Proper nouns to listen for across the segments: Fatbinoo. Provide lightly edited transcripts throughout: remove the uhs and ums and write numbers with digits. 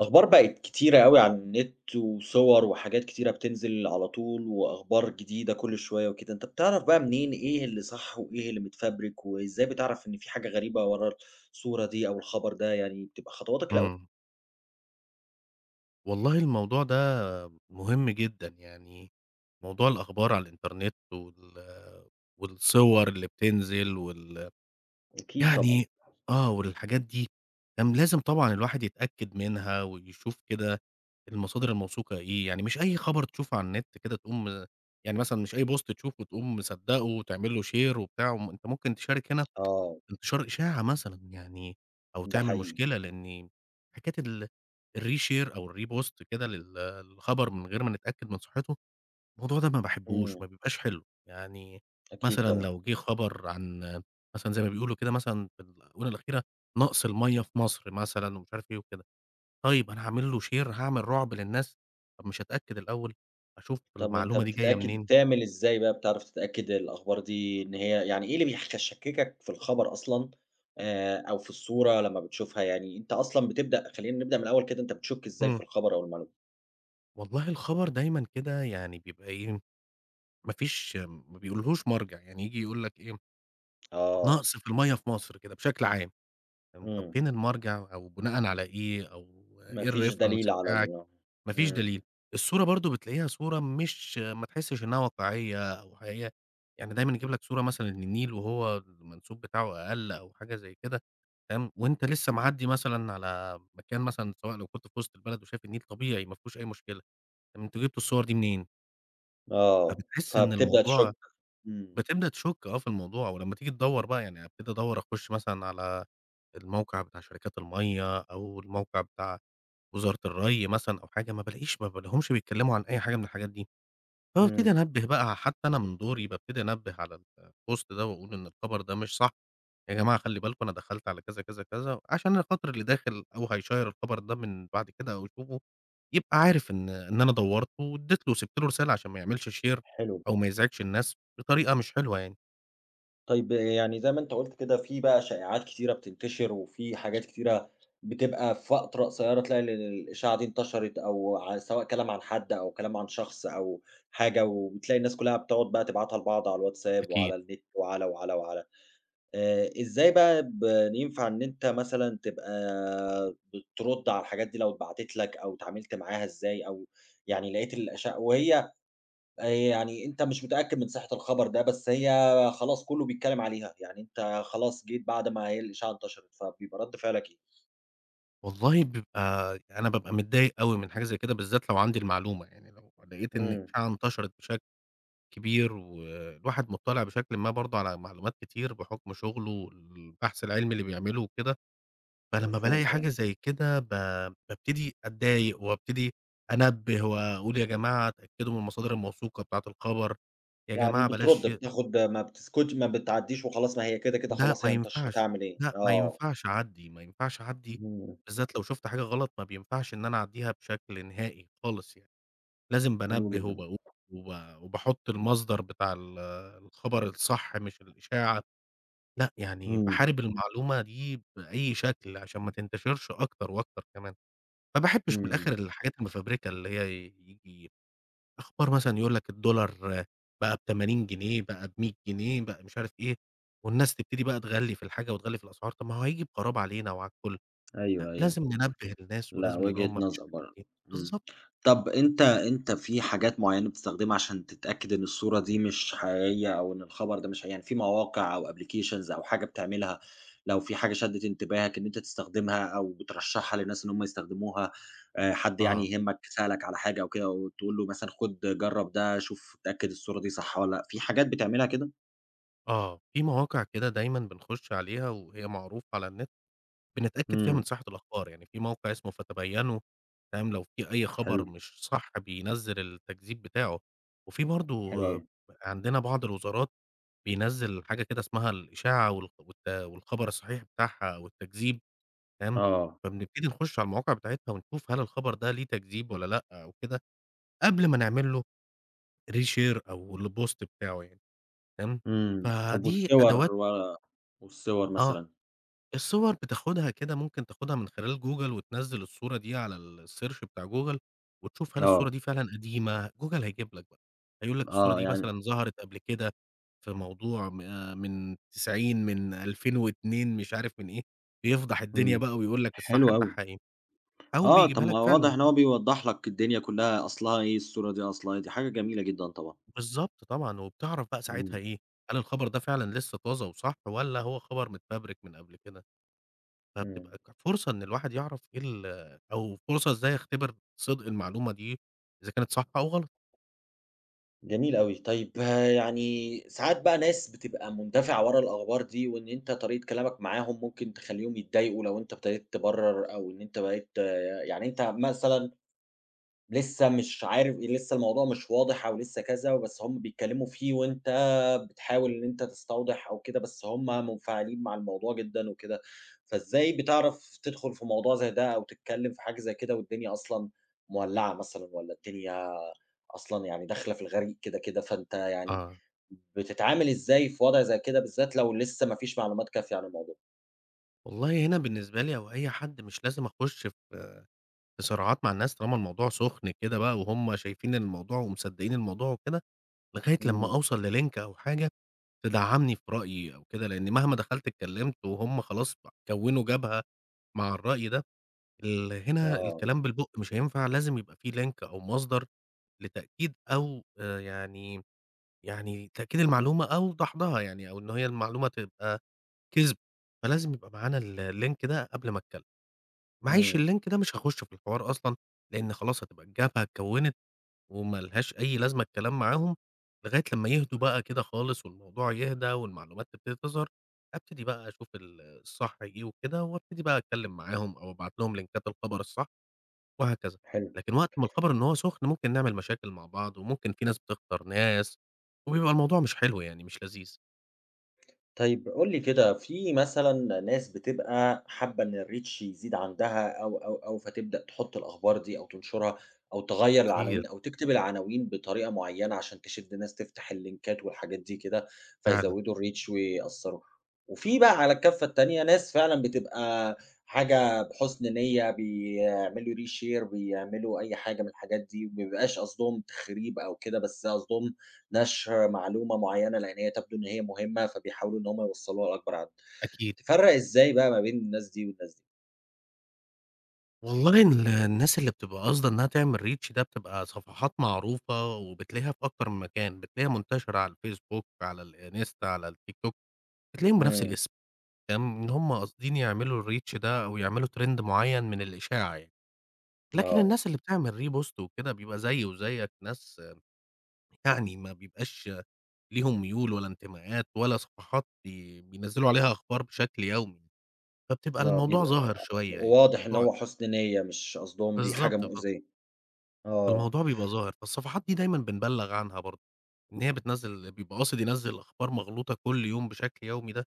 أخبار بقت كتيرة أوي على النت، وصور وحاجات كتيرة بتنزل على طول، وأخبار جديدة كل شوية وكده. أنت بتعرف بقى منين إيه اللي صح وإيه اللي متفبرك، وإزاي بتعرف إن في حاجة غريبة ورا الصورة دي أو الخبر ده؟ يعني بتبقى خطواتك الأولية. إمم. والله الموضوع ده مهم جدًا، يعني موضوع الأخبار على الإنترنت والصور اللي بتنزل أكيد طبعًا. يعني والحاجات دي كان لازم طبعًا الواحد يتأكد منها ويشوف كده المصادر الموثوقة إيه، يعني مش أي خبر تشوفه على النت كده تقوم يعني مثلًا مش أي بوست تشوفه تقوم مصدّقه وتعمل له share وبتاع، وم أنت ممكن تشارك هنا آه، انتشار إشاعة مثلًا يعني، أو ده تعمل حقيقي. مشكلة، لإن حكاية ال الreshare أو الrepost كده لل للخبر من غير ما نتأكد من صحته، الموضوع ده ما باحبوش، إمم، ما بيبقاش حلو، يعني أكيد مثلًا طبعًا. لو جه خبر عن مثلًا زي ما بيقولوا كده مثلًا في الآونة الأخيرة نقص المَيّة في مصر مثلًا ومش عارف إيه وكده، طيب أنا هاعمل له share هاعمل رعب للناس، طب مش هاتأكد الأول، أشوف طب أنت المعلومة دي جاية بتتأكد منين؟ بتعمل إزاي بقى، بتعرف تتأكد الأخبار دي إن هي، يعني إيه اللي بيخشككك في الخبر أصلًا، أو في الصورة لمّا بتشوفها؟ يعني أنت أصلًا بتبدأ، خلّينا نبدأ من الأول كده، أنت بتشُك إزاي إمم، في الخبر أو المعلومة؟ والله الخبر دايمًا كده يعني بيبقى إيه، ما بيقولهوش مرجع، يعني ييجي يقول لك إيه، آه. نقص في المَيّة في مصر كده بشكل عام، تمام، طَب إمم. فين المرجع أو بناءً على إيه أو ما إيه فيش الreference دليل على بتاعك؟ ال. ما فيش إمم. دليل. الصورة برضه بتلاقيها صورة مش ما تحسّش إنها واقعية أو حقيقية، يعني دايمًا يجيب لك صورة مثلًا للنيل وهو المنسوب بتاعه أقل أو حاجة زي كده، تمام، وأنت لسه معدّي مثلًا على مكان مثلًا سواء لو كنت في وسط البلد وشايف النيل طبيعي ما فيهوش أي مشكلة، طَب أنتم جبتوا الصور دي منين؟ آه، فبتحس إن فبتبدأ الموضوع تشُك. إمم. بتبدأ تشُك آه في الموضوع، ولمّا تيجي تدوّر بقى يعني أبتدي أدوّر أخُش مثلًا على الموقع بتاع شركات المَيّة أو الموقع بتاع وزارة الري مثلًا أو حاجة، ما بالاقيهمش بيتكلّموا عن أي حاجة من الحاجات دي، فبابتدي إمم. أنبّه بقى حتى أنا من دوري بابتدي أنبّه على الpost ده وأقول إن الخبر ده مش صح، يا جماعة خلّي بالكم أنا دخلت على كذا، كذا، كذا، عشان أنا خاطر اللي داخل أو هيشيّر الخبر ده من بعد كده أو يشوفه يبقى عارف إن أنا دوّرت وادّيت له وسِبت له رسالة عشان ما يعملش share حلو. أو ما يزعجش الناس بطريقة مش حلوة يعني. طيب يعني زي ما أنت قُلت كده، في بقى شائعات كتيرة بتنتشر، وفي حاجات كتيرة بتبقى في فترة قصيرة، تلاقي الإشاعة دي انتشرت، أو ع سواء كلام عن حد أو كلام عن شخص أو حاجة، وبتلاقي الناس كلها بتقعد بقى تبعتها لبعض على الواتساب أكيد. وعلى النت وعلى. إزاي بقى ب، ينفع إن أنت مثلًا تبقى بترُد على الحاجات دي لو اتبعتت لك، أو اتعاملت معاها إزاي، أو يعني لقيت الإشاعة وهي، يعني أنت مش متأكد من صحة الخبر ده، بس هي خلاص كُلّه بيتكلّم عليها، يعني أنت خلاص جيت بعد ما هي الإشاعة انتشرت، فبيبقى رَد فعلك إيه؟ والله بيبقى يعني أنا بابقى متضايق أوي من حاجة زي كده، بالذات لو عندي المعلومة، يعني لو لقيت إن إمم. الإشاعة انتشرت بشكل كبير والواحد مُطّلع بشكل ما برضه على معلومات كتير بحُكم شُغله والبحث العلمي اللي بيعمله وكده، فلمّا مفهوم بالاقي طبعًا. حاجة زي كده بابتدي أتضايق وابتدي أنبّه وأقول يا جماعة اتأكدوا من المصادر الموثوقة بتاعة الخبر، يا يعني جماعة بترُد، بلاش بتاخد، ما بتسكت، ما بتعدّيش وخلاص ما هي كده، كده لأ، خلاص ما هي انتشرت، ينفعش، أعمل إيه؟ لأ، ما آه. ينفعش أعدّي، ما ينفعش أعدّي. إمم. بالذات لو شُفت حاجة غلط ما بينفعش إن أنا أعدّيها بشكل نهائي خالص يعني، لازم حلو بانبّه جدًا. وباقول وب وباحُط المصدر بتاع ال الخبر الصح مش الإشاعة، لأ، يعني إمم. باحارب المعلومة دي بأي شكل عشان ما تنتشرش أكتر وأكتر كمان، ما باحبّش من إمم. الآخر الحاجات المفبركة اللي هي ييجي أخبار مثلًا يقول لك الدولار بقى ب80 جنيه، بقى ب100 جنيه، بقى مش عارف إيه، والناس تبتدي بقى تغلّي في الحاجة وتغلّي في الأسعار، طب ما هو هييجي بخراب علينا وعلى الكل، لأ أيوه، أيوه. لازم ننبه الناس لأ، ولازم نقول وجهة لهم ما فيش نظر حاجة برضه. جديدة، إمم. بالضبط، طَب أنت في حاجات معيّنة بتستخدمها عشان تتأكد إن الصورة دي مش حقيقية أو إن الخبر ده مش حقيقي؟ يعني في مواقع أو applications أو حاجة بتعملها، لو في حاجة شدِّت انتباهك إن أنت تستخدمها أو بترشّحها للناس إن هم يستخدموها، حد يعني آه، يهمك سألك على حاجة أو كده، وتقول له مثلًا خُد جرّب ده، شوف اتأكد الصورة دي صح والّا لأ، في حاجات بتعملها كده؟ آه، في مواقع كده دايمًا بنخش عليها وهي معروفة على النت، بنتأكد فيها من إمم. صحة الأخبار، يعني في موقع اسمه فتبينوا، تمام، لو في أي حلو. خبر مش صح بينزّل التكذيب بتاعه، وفي برضه حلو أوي. عندنا بعض الوزارات بينزّل حاجة كده اسمها الإشاعة والخبر الصحيح بتاعها أو التكذيب، تمام، آه. فبنبتدي نخش على المواقع بتاعتها ونشوف هل الخبر ده ليه تكذيب والّا لأ أو كده، قبل ما نعمل له reshare أو الpost بتاعه يعني، تمام، إمم. طَب فدي والصور أدوات. و، والصور آه مثلًا؟ الصور بتاخدها كده ممكن تاخدها من خلال جوجل وتنزّل الصورة دي على الsearch بتاع جوجل، وتشوف هل الصورة آه. دي فعلًا قديمة، جوجل هيجيب لك بقى، هيقول لك الصورة آه، دي يعني. مثلًا ظهرت قبل كده في موضوع م من 90 من 2002 مش عارف من إيه، بيفضح الدنيا إمم. بقى ويقول لك الصح حلو أوي. بتاعها إيه، أو آه، طب بيجيبها لك ما هو واضح فعلًا إن هو بيوضّح لك الدنيا كلّها أصلها إيه، الصورة دي أصلها إيه، دي حاجة جميلة جدًا طبعًا. بالضبط طبعًا، وبتعرف بقى ساعتها إمم. إيه، هل الخبر ده فعلًا لسه طازة وصح والّا هو خبر متفبرك من قبل كده. إمم. فبتبقى فرصة إن الواحد يعرف إيه ال، أو فرصة إزاي أختبر صدق المعلومة دي إذا كانت صح أو غلط. جميل أوي. طيب يعني ساعات بقى ناس بتبقى مندفعة ورا الأخبار دي، وإن أنت طريقة كلامك معاهم ممكن تخلّيهم يتضايقوا لو أنت ابتديت تبرّر، أو إن أنت بقيت، يعني أنت مثلًا لسه مش عارف إيه، لسه الموضوع مش واضح أو لسه كذا، بس هم بيتكلّموا فيه، وأنت بتحاول إن أنت تستوضح أو كده، بس هم منفعلين مع الموضوع جدًا وكده، فإزاي بتعرف تدخُل في موضوع زي ده، أو تتكلّم في حاجة زي كده والدنيا أصلًا مولّعة مثلًا، والّا الدنيا أصلًا يعني داخلة في الغريق كده، كده، فأنت يعني آه. بتتعامل إزاي في وضع زي كده، بالذات لو لسه ما فيش معلومات كافية عن الموضوع؟ والله هنا بالنسبة لي أو أي حد مش لازم أخُش في صراعات مع الناس طالما الموضوع سُخن كده بقى وهُم شايفين الموضوع ومصدقين الموضوع وكده، لغاية لمّا إمم. أوصل لLink أو حاجة تدعّمني في رأيي أو كده، لإن مهما دخلت اتكلّمت وهُم خلاص بقى كوّنوا جبهة مع الرأي ده، هنا آه. الكلام بالبُق مش هينفع لازم يبقى في Link أو مصدر لتأكيد أو يعني تأكيد المعلومة أو دحضها يعني، أو إن هي المعلومة تبقى كذب، فلازم يبقى معانا ال الlink ده قبل ما أتكلم، معيش إمم. الlink ده مش هاخش في الحوار أصلًا، لإن خلاص هتبقى الجبهة اتكوّنت وما لهاش أي لازمة الكلام معاهم، لغاية لمّا يهدوا بقى كده خالص والموضوع يهدى والمعلومات تبتدي تظهر، أبتدي بقى أشوف الصح إيه وكده وأبتدي بقى أتكلم معاهم أو أبعت لهم لينكات الخبر الصح. وهكذا. حلو. لكن وقت ما الخبر إن هو سُخن ممكن نعمل مشاكل مع بعض، وممكن في ناس بتخسر ناس، وبيبقى الموضوع مش حلو يعني مش لذيذ. طيب قُل لي كده، في مثلًا ناس بتبقى حابة إن الreach يزيد عندها أو، فتبدأ تحُط الأخبار دي أو تنشرها، أو تغيّر كتير العناوين أو تكتب العناوين بطريقة معيّنة عشان تشِد ناس تفتح اللينكات والحاجات دي كده، فعلًا، فيزوّدوا الreach ويأثّروا. وفي بقى على الكَفّة التانية ناس فعلًا بتبقى حاجة بحُسن نيّة، بيعملوا reshare، بيعملوا أي حاجة من الحاجات دي، ما بيبقاش قصدهم تخريب أو كده، بس قصدهم نشر معلومة معيّنة، لإن هي تبدو إن هي مهمة، فبيحاولوا إن هم يوصّلوها لأكبر عدد. أكيد. تفرّق إزاي بقى ما بين الناس دي والناس دي؟ والله ال الناس اللي بتبقى قاصدة إنها تعمل reach ده بتبقى صفحات معروفة، وبتلاقيها في أكتر من مكان، بتلاقيها منتشرة على الفيسبوك، على الإنستا، على التيكتوك، بتلاقيهم بنفس إمم. الاسم، تمام، إن هم قاصدين يعملوا الreach ده أو يعملوا trend معين من الإشاعة يعني. لكن آه. الناس اللي بتعمل repost وكده بيبقى زيي وزيك، ناس يعني ما بيبقاش ليهم ميول ولا انتماءات ولا صفحات بينزّلوا عليها أخبار بشكل يومي، فبتبقى آه، الموضوع بيبقى ظاهر شوية، يعني واضح إن الموضوع هو حُسن نيّة، مش قصدهم بيه حاجة بالضبط، مؤذية. آه. فالموضوع بيبقى ظاهر، فالصفحات دي دايمًا بنبلّغ عنها برضه، إن هي بتنزّل بيبقى قاصد ينزّل أخبار مغلوطة كل يوم بشكل يومي ده،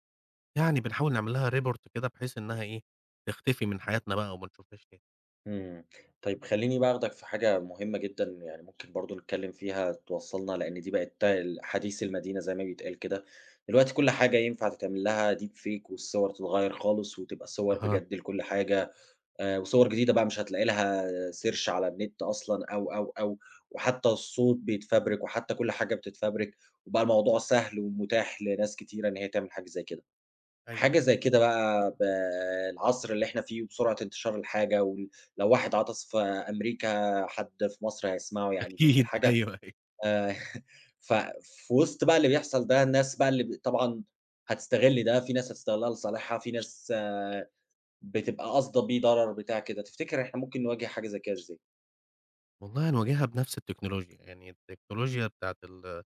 يعني بنحاول نعمل لها report كده بحيث إنها إيه، تختفي من حياتنا بقى وما نشوفهاش تاني. إمم. طيب خلّيني بقى آخدك في حاجة مهمة جدًا، يعني ممكن برضه نتكلّم فيها توصّلنا، لإن دي بقت ال، حديث المدينة زي ما بيتقال كده. دلوقتي كل حاجة ينفع تتعمل لها deep fake، والصور تتغيّر خالص وتبقى صور أها، بجد لكل حاجة. وصور جديدة بقى مش هتلاقي لها search على النت أصلًا، أو، وحتى الصوت بيتفبرك، وحتى كل حاجة بتتفبرك، وبقى الموضوع سهل ومتاح لناس كتيرة إن هي تعمل حاجة زي كده. أيوه، حاجة زي كده بقى بالعصر اللي إحنا فيه، وبسرعة انتشار الحاجة وال، لو واحد عطس في أمريكا حد في مصر هيسمعه، يعني بقت أكيد، الحاجة، أيوه، أيوه. آآ ف، في وسط بقى اللي بيحصل ده، الناس بقى اللي ب طبعًا هتستغل ده، في ناس هتستغلها لصالحها، في ناس بتبقى قاصدة بيه ضرر بتاع كده، تفتكر إحنا ممكن نواجه حاجة زي كده إزاي؟ والله نواجهها بنفس التكنولوجيا، يعني التكنولوجيا بتاعة ال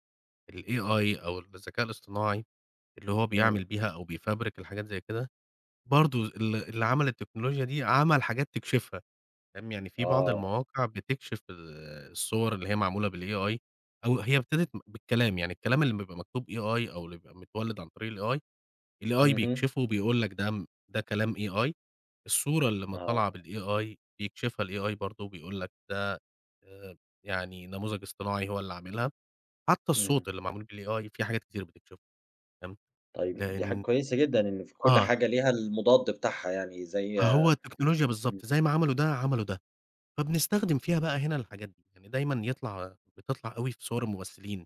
الAI أو الذكاء الاصطناعي اللي هو بيعمل إمم. بيها أو بيفبرك الحاجات زي كده، برضه اللي عمل التكنولوجيا دي عمل حاجات تكشفها، فاهم، يعني في بعض آه. المواقع بتكشف الصور اللي هي معمولة بالAI أو هي ابتدت بالكلام، يعني الكلام اللي بيبقى مكتوب AI أو اللي بيبقى متولد عن طريق الAI، الAI اهم. بيكشفه وبيقول لك ده كلام AI، الصورة اللي ما آه. طالعة بالAI بيكشفها الAI برضه بيقول لك ده آآ، يعني نموذج اصطناعي هو اللي عاملها، حتى إمم. الصوت اللي معمول بالAI في حاجات كتير بتكشفه، فاهم، طيب دي حاجة لإن كويسة جدًا، إن في كل آه. حاجة ليها المضاد بتاعها يعني، زي. فهو التكنولوجيا إمم. بالضبط، زي ما عملوا ده، عملوا ده، فبنستخدم فيها بقى هنا الحاجات دي، يعني دايمًا يطلع بتطلع أوي في صور الممثلين،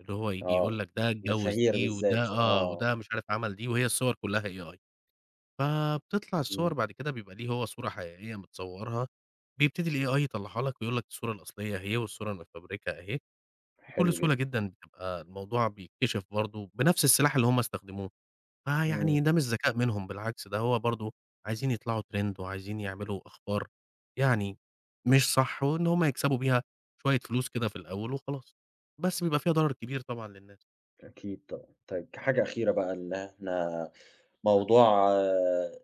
اللي هو ييجي آه، يقول لك ده اتجوّز مشاهير دي، وده بالذات، آه، آه. وده مش عارف عمل دي، وهي الصور كلّها AI، فبتطلع الصور إمم. بعد كده بيبقى ليه هو صورة حقيقية متصوّرها، بيبتدي الAI يطلّعها لك ويقول لك الصورة الأصلية أهي، والصورة المتفبركة أهي، بكل حلو سهولة جدًا. جدًا بتبقى الموضوع بيتكشف برضه بنفس السلاح اللي هم استخدموه. فيعني إمم. ده مش ذكاء منهم بالعكس، ده هو برضه عايزين يطلعوا trend وعايزين يعملوا أخبار يعني مش صح، وإن هم يكسبوا بيها شوية فلوس كده في الأول وخلاص، بس بيبقى فيها ضرر كبير طبعًا للناس. أكيد طبعًا. طيب كحاجة أخيرة بقى، إن إحنا، آه. موضوع، آه،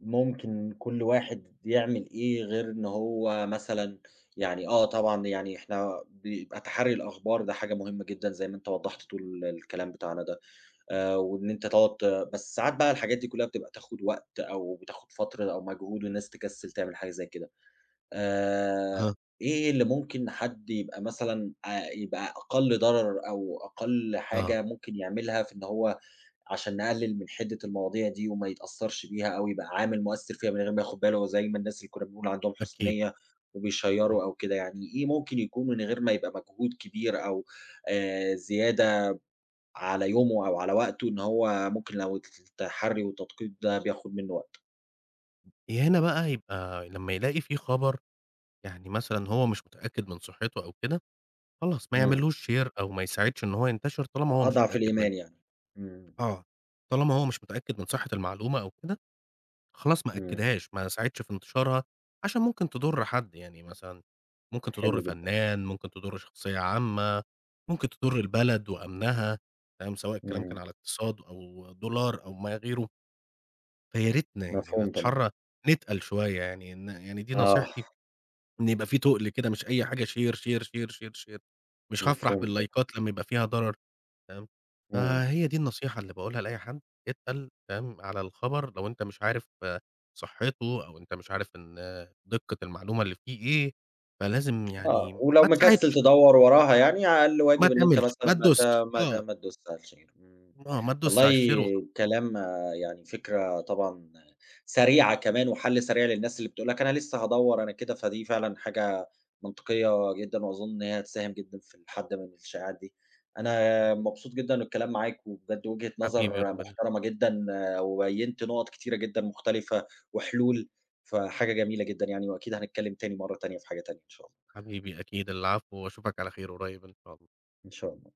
ممكن كل واحد يعمل إيه غير إن هو مثلًا، يعني آه طبعًا، يعني إحنا بيبقى تحرّي الأخبار ده حاجة مهمة جدًا زي ما أنت وضّحت طول الكلام بتاعنا ده، وإن أنت تقعد ت، بس ساعات بقى الحاجات دي كلّها بتبقى تاخُد وقت، أو بتاخُد فترة أو مجهود، والناس تكسّل تعمل حاجة زي كده. آآ أها، إيه اللي ممكن حد يبقى مثلًا، يبقى أقل ضرر أو أقل آه، حاجة ممكن يعملها في إن هو، عشان نقلل من حدة المواضيع دي، وما يتأثّرش بيها أو يبقى عامل مؤثّر فيها من غير ما ياخد باله، زي ما الناس اللي كنا بنقول عندهم حُسن أكيد، نيّة إمم. وبيشيّروا أو كده يعني، إيه ممكن يكون من غير ما يبقى مجهود كبير، أو زيادة على يومه أو على وقته، إن هو ممكن لو التحرّي والتدقيق ده بياخد منّه وقت؟ هنا بقى يبقى لمّا يلاقي في خبر يعني مثلًا هو مش متأكد من صحته أو كده، خلاص ما إمم. يعملوش share أو ما يساعدش إن هو ينتشر طالما هو مش أضعف متأكد منه. الإيمان يعني. إمم. آه، طالما هو مش متأكد من صحة المعلومة أو كده، خلاص ما إمم. أكدهاش، ما ساعدش في انتشارها، عشان ممكن تضر حد، يعني مثلًا ممكن تضر حلو جدًا. فنان، ممكن تضر شخصية عامة، ممكن تضر البلد وأمنها، تمام، سواء الكلام كان إمم. على اقتصاد أو دولار أو ما غيره، فيا ريتنا يعني مفهوم طبعًا. نتحرى نتقل شوية يعني يعني دي آه. نصيحتي، إن يبقى في تُقل كده مش أي حاجة share، share، share، share، share مش هافرح مفهوم طبعًا. باللايكات لمّا يبقى فيها ضرر. تمام، إمم. فهي دي النصيحة اللي باقولها لأي حد، اتقل تمام، على الخبر لو أنت مش عارف صحته أو أنت مش عارف إن دقة المعلومة اللي فيه إيه، فلازم آه، يعني ولو ما مكسّل تساعدش، تدوّر وراها يعني أقل ما واجب إن أنت تعملش، مثلًا ما ما ت تدوسش، ما ت آه، ما تدوسّهاش يعني. إمم. آه، ما تدوسش على والله الشير وخلاص. كلام، آه، يعني فكرة طبعًا سريعة كمان، وحَل سريع للناس اللي بتقول لك أنا لسه هادوّر أنا كده، فدي فعلًا حاجة منطقية جدًا، وأظن إن هي هتساهم جدًا في الحَد من الشائعات دي. أنا مبسوط جدًا بالكلام معاك، وبجد وجهة حبيبي نظر ربنا، محترمة جدًا، آه، وبيّنت نُقط كتيرة جدًا مختلفة وحلول، فحاجة جميلة جدًا يعني، وأكيد هنتكلّم تاني مرّة تانية في حاجة تانية إن شاء الله. حبيبي أكيد، العفو وأشوفك على خير قريب إن شاء الله. إن شاء الله.